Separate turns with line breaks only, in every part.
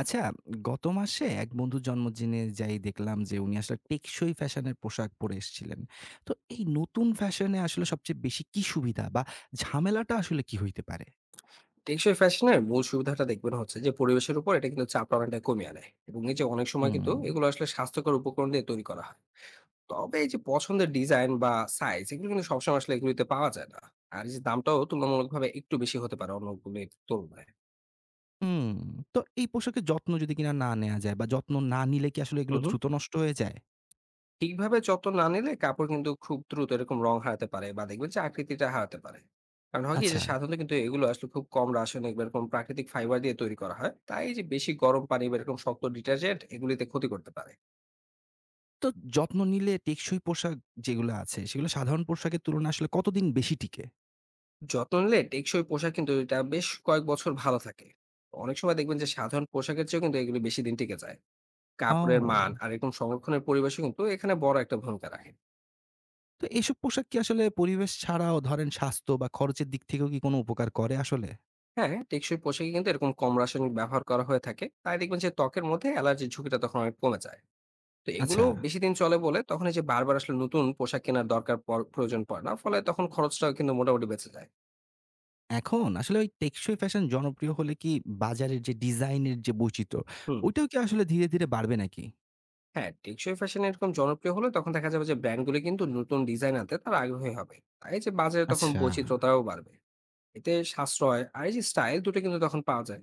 আচ্ছা, গত মাসে এক বন্ধুর জন্মদিনে যাই দেখলাম যে উনি আসলে টেকসই ফ্যাশনের পোশাক পরে এসেছিলেন। তো এই নতুন ফ্যাশনে আসলে সবচেয়ে বেশি কি সুবিধা বা ঝামেলাটা আসলে কি হইতে পারে?
টেকসই ফ্যাশনের মূল সুবিধাটা দেখবেন হচ্ছে যে পরিবেশের উপর এটা কিন্তু চাপ অনেকটা কমিয়ে আনে এবং এই যে অনেক সময়
হুম।
কিন্তু এগুলো আসলে স্বাস্থ্যকর উপকরণ দিয়ে তৈরি করা হয়। তবে এই যে পছন্দের ডিজাইন বা সাইজ এগুলো কিন্তু সবসময় আসলে এগুলিতে পাওয়া যায় না, আর এই যে দামটাও তুলনামূলকভাবে একটু বেশি হতে পারে অন্যগুলির তুলনায়।
হুম, তো এই পোশাকের যত্ন যদি কিনা না নেয়া যায় বা যত্ন না নিলে কি আসলে এগুলো
হুম হুম।
দ্রুত নষ্ট হয়ে যায়?
ঠিকভাবে যত্ন না নিলে কাপড় কিন্তু খুব দ্রুত এরকম রং হারাতে পারে বা দেখবেন যে আকৃতিটা হারাতে পারে, কারণ হয় কি
আচ্ছা।
যে সাধারণত কিন্তু এগুলো আসলে খুব কম রাসায়নিক বা এরকম প্রাকৃতিক ফাইবার দিয়ে তৈরি করা হয়, তাই এই যে বেশি গরম পানি বা এরকম শক্ত ডিটারজেন্ট এগুলিতে ক্ষতি করতে পারে।
তো যত্ন নিলে টেকসই পোশাক যেগুলো আছে সেগুলো সাধারণ পোশাকের তুলনায় আসলে কতদিন বেশি টিকে?
যত্ন নিলে টেকসই পোশাক কিন্তু এটা বেশ কয়েক বছর ভালো থাকে। অনেক সময় দেখবেন যে সাধারণ পোশাকের চেয়েও কিন্তু এগুলো বেশি দিন টিকে যায়। কাপড়ের মান
ও!
আর এরকম সংরক্ষণের পরিবেশও কিন্তু এখানে বড় একটা ভূমিকা রাখে।
তো এসব পোশাক কি আসলে পরিবেশ ছাড়াও ধরেন স্বাস্থ্য বা খরচের দিক থেকেও কি কোনো উপকার করে আসলে?
হ্যাঁ, টেকসই পোশাকে কিন্তু এরকম কম রাসায়নিক ব্যবহার করা হয়ে থাকে, তাই দেখবেন যে ত্বকের মধ্যে অ্যালার্জির ঝুঁকিটা তখন অনেক কমে যায়। তো এগুলো
আচ্ছা।
বেশি দিন চলে বলে তখন এই যে বারবার আসলে নতুন পোশাক কেনার দরকার প্রয়োজন পড়ে না, ফলে তখন খরচটাও কিন্তু মোটামুটি বেঁচে যায়।
এখন আসলে ওই টেকসই ফ্যাশন জনপ্রিয় হলে কি বাজারের যে ডিজাইনের যে বৈচিত্র্য,
হুম।
ওইটাও কি আসলে ধীরে, ধীরে বাড়বে নাকি?
হ্যাঁ, টেকসই ফ্যাশন এরকম জনপ্রিয় হলে তখন দেখা যাবে যে ব্র্যান্ডগুলো কিন্তু নতুন ডিজাইন আনতে তারা আগ্রহী হবে। তাই যে বাজারে তখন
আচ্ছা।
বৈচিত্রতাও বাড়বে। এতে সাশ্রয় আর এই যে স্টাইল দুটো কিন্তু তখন পাওয়া যায়।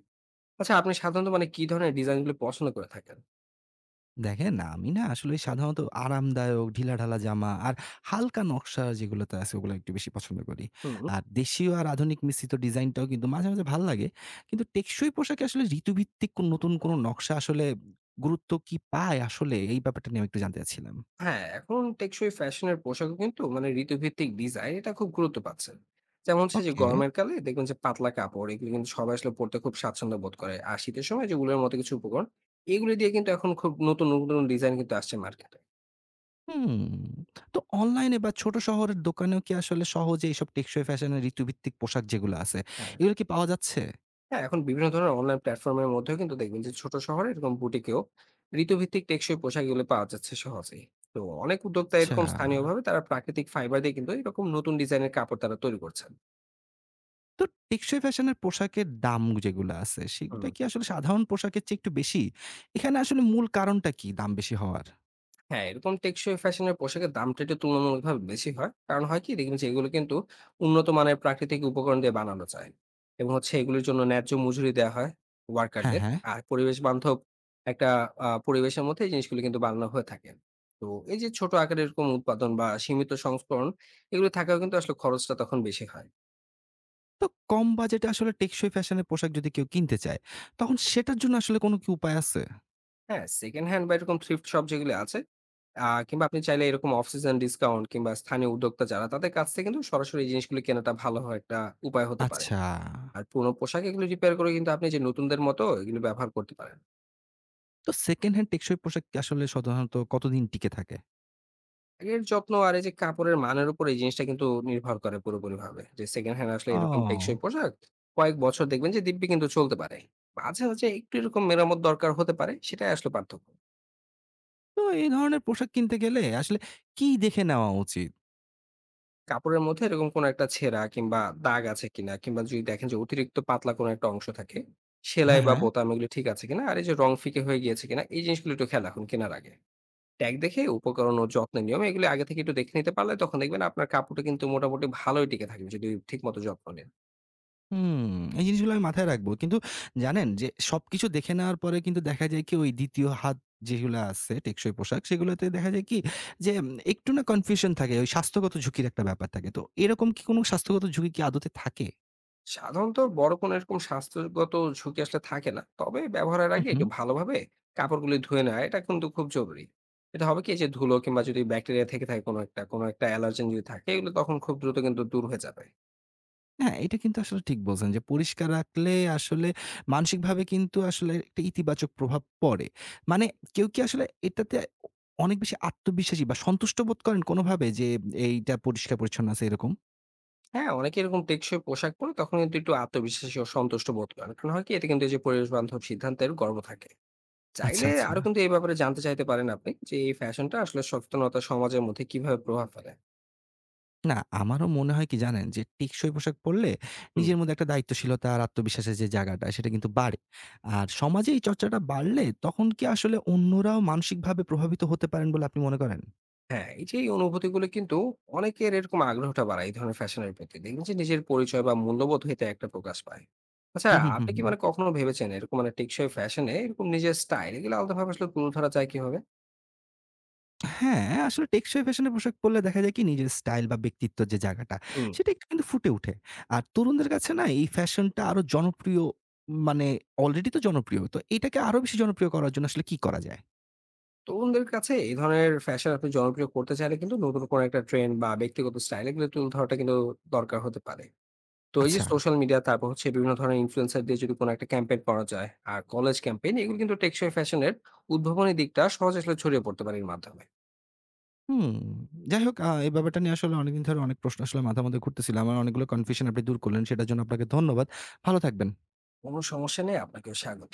আচ্ছা, আপনি সাধারণত মানে কি ধরনের ডিজাইন গুলো পছন্দ করে থাকেন?
দেখেন আমি না আসলে সাধারণত আরামদায়ক ঢিলাঢালা জামা আর হালকা নকশা যেগুলোতে আছে ওগুলো একটু বেশি পছন্দ করি।
হুম।
আর দেশীয় আর আধুনিক মিশ্রিত ডিজাইনটাও কিন্তু মাঝে, মাঝে ভাল লাগে। কিন্তু টেকসই পোশাকে আসলে ঋতুভিত্তিক কোন নতুন কোন নকশা আসলে গুরুত্ব কি পায় আসলে? এই ব্যাপারটা নিয়ে আমি একটু জানতে চাচ্ছিলাম।
হ্যাঁ, এখন টেকসই ফ্যাশনের পোশাকও কিন্তু মানে ঋতুভিত্তিক ডিজাইন এটা খুব গুরুত্ব পাচ্ছে। যেমন হচ্ছে যে
ওকে।
গরমের কালে দেখবেন যে পাতলা কাপড় এগুলো কিন্তু সবাই আসলে পড়তে খুব স্বাচ্ছন্দ্য বোধ করে, আর শীতের সময় যে উলের মতো কিছু উপকরণ এগুলো দিয়ে কিন্তু এখন খুব নতুন নতুন ডিজাইন কিন্তু আসছে মার্কেটে।
হুম। তো অনলাইনে বা ছোট শহরের দোকানেও কি আসলে সহজে এইসব টেকসই ফ্যাশনের ঋতুভিত্তিক পোশাক যেগুলো আছে,
হ্যাঁ।
এগুলো কি পাওয়া যাচ্ছে?
হ্যাঁ, এখন বিভিন্ন ধরনের অনলাইন প্ল্যাটফর্মের মধ্যেও কিন্তু দেখবেন যে ছোট শহরে এরকম বুটিকেও ঋতুভিত্তিক টেকসই পোশাক এগুলো পাওয়া যাচ্ছে সহজেই। তো অনেক উদ্যোক্তা হুম।
আচ্ছা।
এরকম স্থানীয়ভাবে তারা প্রাকৃতিক ফাইবার দিয়ে কিন্তু এরকম নতুন ডিজাইনের কাপড় তারা তৈরি করছেন।
তো টেকসই ফ্যাশনের পোশাকের দাম যেগুলো আছে,
হুম।
সেগুলা কি আসলে সাধারণ পোশাকের চেয়ে একটু বেশি? এখানে আসলে মূল কারণটা কি দাম বেশি হওয়ার?
হ্যাঁ, এরকম টেকসই ফ্যাশনের পোশাকের দামটা একটু তুলনামূলকভাবে বেশি হয়। কারণ হয় কি দেখবেন যে এগুলো কিন্তু উন্নত মানের প্রাকৃতিক উপকরণ দিয়ে বানানো যায়। এবং হচ্ছে এগুলোর জন্য ন্যায্য মজুরি দেয়া হয়
হ্যাঁ,
ওয়ার্কারদের।
হ্যাঁ।
আর পরিবেশ বান্ধব একটা পরিবেশের মধ্যে এই জিনিসগুলো কিন্তু বানানো হয়ে থাকে। তো এই যে ছোট আকারে এরকম উৎপাদন বা সীমিত সংস্করণ এগুলো থাকাও কিন্তু আসলে খরচটা তখন বেশি হয়।
তো কম বাজেটে আসলে টেকসই ফ্যাশনের পোশাক যদি কেউ কিনতে চায়, তখন সেটার জন্য আসলে কোনো কি উপায় আছে?
হ্যাঁ, সেকেন্ড হ্যান্ড বা এরকম থ্রিফ্ট শপ যেগুলি আছে, কিংবা আপনি চাইলে এরকম অফ সিজন ডিসকাউন্ট কিংবা স্থানীয় উদ্যোক্তা যারা তাদের কাছ থেকে কিন্তু সরাসরি এই জিনিসগুলো কেনাটা ভালো হয়, একটা উপায় হতে পারে।
আচ্ছা।
আর পুরনো পোশাক এগুলো রিপেয়ার করে কিন্তু আপনি যে নতুনদের মতো এগুলো ব্যবহার করতে পারেন।
তো সেকেন্ড হ্যান্ড টেকসই পোশাক কি আসলে সাধারণত কতদিন টিকে থাকে?
আগের যত্ন আর এই যে কাপড়ের মানের উপর এই জিনিসটা কিন্তু নির্ভর করে পুরোপুরিভাবে। যে সেকেন্ড হ্যান্ড আসলে এরকম টেকসই
ও।
পোশাক কয়েক বছর দেখবেন যে দিব্যি কিন্তু চলতে পারে। মাঝে, মাঝে একটু এরকম মেরামত দরকার হতে পারে, সেটাই আসলে পার্থক্য।
তো এই ধরনের পোশাক কিনতে গেলে আসলে কি দেখে নেওয়া উচিত?
কাপড়ের মধ্যে এরকম কোনো একটা ছেঁড়া কিংবা দাগ আছে কিনা, কিংবা যদি দেখেন যে অতিরিক্ত পাতলা কোনো একটা অংশ থাকে,
হ্যাঁ,
সেলাই বা
হ্যাঁ।
বোতাম এগুলো ঠিক আছে কিনা? আর এই যে রং ফিকে হয়ে গিয়েছে কিনা? এই জিনিসগুলো একটু খেয়াল রাখুন কেনার আগে। ট্যাগ দেখে উপকরণ ও যত্নের নিয়ম এগুলো আগে থেকে একটু দেখে নিতে পারলে তখন দেখবেন আপনার কাপড়টা কিন্তু মোটামুটি ভালোই টিকে থাকবে যদি ঠিকমতো যত্ন নেন।
হুম, এই জিনিসগুলো আমি মাথায় রাখবো। কিন্তু জানেন যে সবকিছু দেখে নেওয়ার পরে কিন্তু দেখা যায় কি ওই ২য় হাত যেগুলা আছে টেকসই পোশাক সেগুলোতে দেখা যায় কি যে একটু না কনফিউশন থাকে। ওই স্বাস্থ্যগত ঝুঁকির একটা ব্যাপার থাকে। তো এরকম কি কোনো স্বাস্থ্যগত ঝুঁকি কি আদতে থাকে?
সাধারণত বড় কোনো এরকম স্বাস্থ্যগত ঝুঁকি আসলে থাকে না। তবে ব্যবহারের
হু,
আগে
হু।
একটু ভালোভাবে কাপড়গুলি ধুয়ে নেওয়া এটা কিন্তু খুব জরুরি। এটা হবে কি যে ধুলো কিংবা যদি ব্যাকটেরিয়া থেকে থাকে কোনো একটা অ্যালার্জেন যদি থাকে এগুলো তখন খুব দ্রুত কিন্তু দূর হয়ে যাবে।
হ্যাঁ, এটা কিন্তু আসলে ঠিক বলছেন যে পরিষ্কার রাখলে আসলে মানসিকভাবে কিন্তু আসলে একটা ইতিবাচক প্রভাব পড়ে। মানে কেউ কি আসলে এটাতে অ অনেক বেশি আত্মবিশ্বাসী বা সন্তুষ্ট বোধ করেন কোনোভাবে যে এইটা পরিষ্কার-পরিচ্ছন্ন আছে এরকম?
হ্যাঁ, অনেকে এরকম টেকসই পোশাক পরে তখন কিন্তু একটু আত্মবিশ্বাসী ও সন্তুষ্ট বোধ করেন। কারণ হয় কি এটা কিন্তু এই যে পরিবেশ বান্ধব সিদ্ধান্তের গর্ব থাকে।
আচ্ছা,
চাইলে
আচ্ছা।
আরো কিন্তু এই ব্যাপারে জানতে চাইতে পারেন আপনি, যে এই ফ্যাশনটা আসলে সচেতনতা সমাজের মধ্যে কিভাবে প্রভাব ফেলে?
না, আমারও মনে হয় কি জানেন? যে টেকসই পোশাক পরলে
হুম।
নিজের মধ্যে একটা দায়িত্বশীলতা আর আত্মবিশ্বাসের যে জায়গাটা সেটা কিন্তু বাড়ে। আর সমাজে এই চর্চাটা বাড়লে তখন কি আসলে অন্যরাও মানসিকভাবে প্রভাবিত হতে পারেন বলে আপনি মনে করেন?
হ্যাঁ, এই যে এই অনুভূতিগুলো কিন্তু অনেকের এরকম আগ্রহটা বাড়ায় এই ধরনের ফ্যাশনের প্রতি। দেখবেন যে নিজের পরিচয় বা মূল্যবোধ হইতে একটা প্রকাশ পায়। আচ্ছা,
হুম, হুম, হুম,
আপনি কি
হুম।
মানে কখনো ভেবেছেন এরকম মানে টেকসই ফ্যাশনে এরকম নিজের স্টাইল এগুলো আলাদাভাবে আসলে তুলে ধরা যায় কিভাবে?
হ্যাঁ, আসলে টেকসই ফ্যাশনের পোশাক পরলে দেখা যায় কি নিজের স্টাইল বা ব্যক্তিত্বের যে জায়গাটা
হুম।
সেটা একটু কিন্তু ফুটে উঠে। আর তরুণদের কাছে না এই ফ্যাশনটা আরো জনপ্রিয় মানে অলরেডি তো জনপ্রিয়। তো এটাকে আরো বেশি জনপ্রিয় করার জন্য আসলে কি করা যায়?
তরুণদের কাছে এই ধরনের ফ্যাশন আপনি জনপ্রিয় করতে চাইলে কিন্তু নতুন কোনো একটা ট্রেন্ড বা ব্যক্তিগত স্টাইল এগুলো তুলে ধরাটা কিন্তু দরকার হতে পারে। তো এই যে
আচ্ছা।
সোশ্যাল মিডিয়া তারপর হচ্ছে বিভিন্ন ধরনের ইনফ্লুয়েন্সার দিয়ে যদি কোনো একটা ক্যাম্পেইন করা যায় আর কলেজ ক্যাম্পেইন এগুলো কিন্তু টেকসই ফ্যাশনের উদ্ভাবনী দিকটা সহজে আসলে ছড়িয়ে পড়তে পারে এর মাধ্যমে।
হুম। যাই হোক এই ব্যাপারটা নিয়ে আসলে অনেকদিন ধরে অনেক প্রশ্ন আসলে মাথার মধ্যে ঘুরতেছিল। আমার অনেকগুলো কনফিউশন আপনি দূর করলেন। সেটার জন্য আপনাকে ধন্যবাদ। ভালো থাকবেন।
কোনো সমস্যা নেই। আপনাকেও স্বাগত।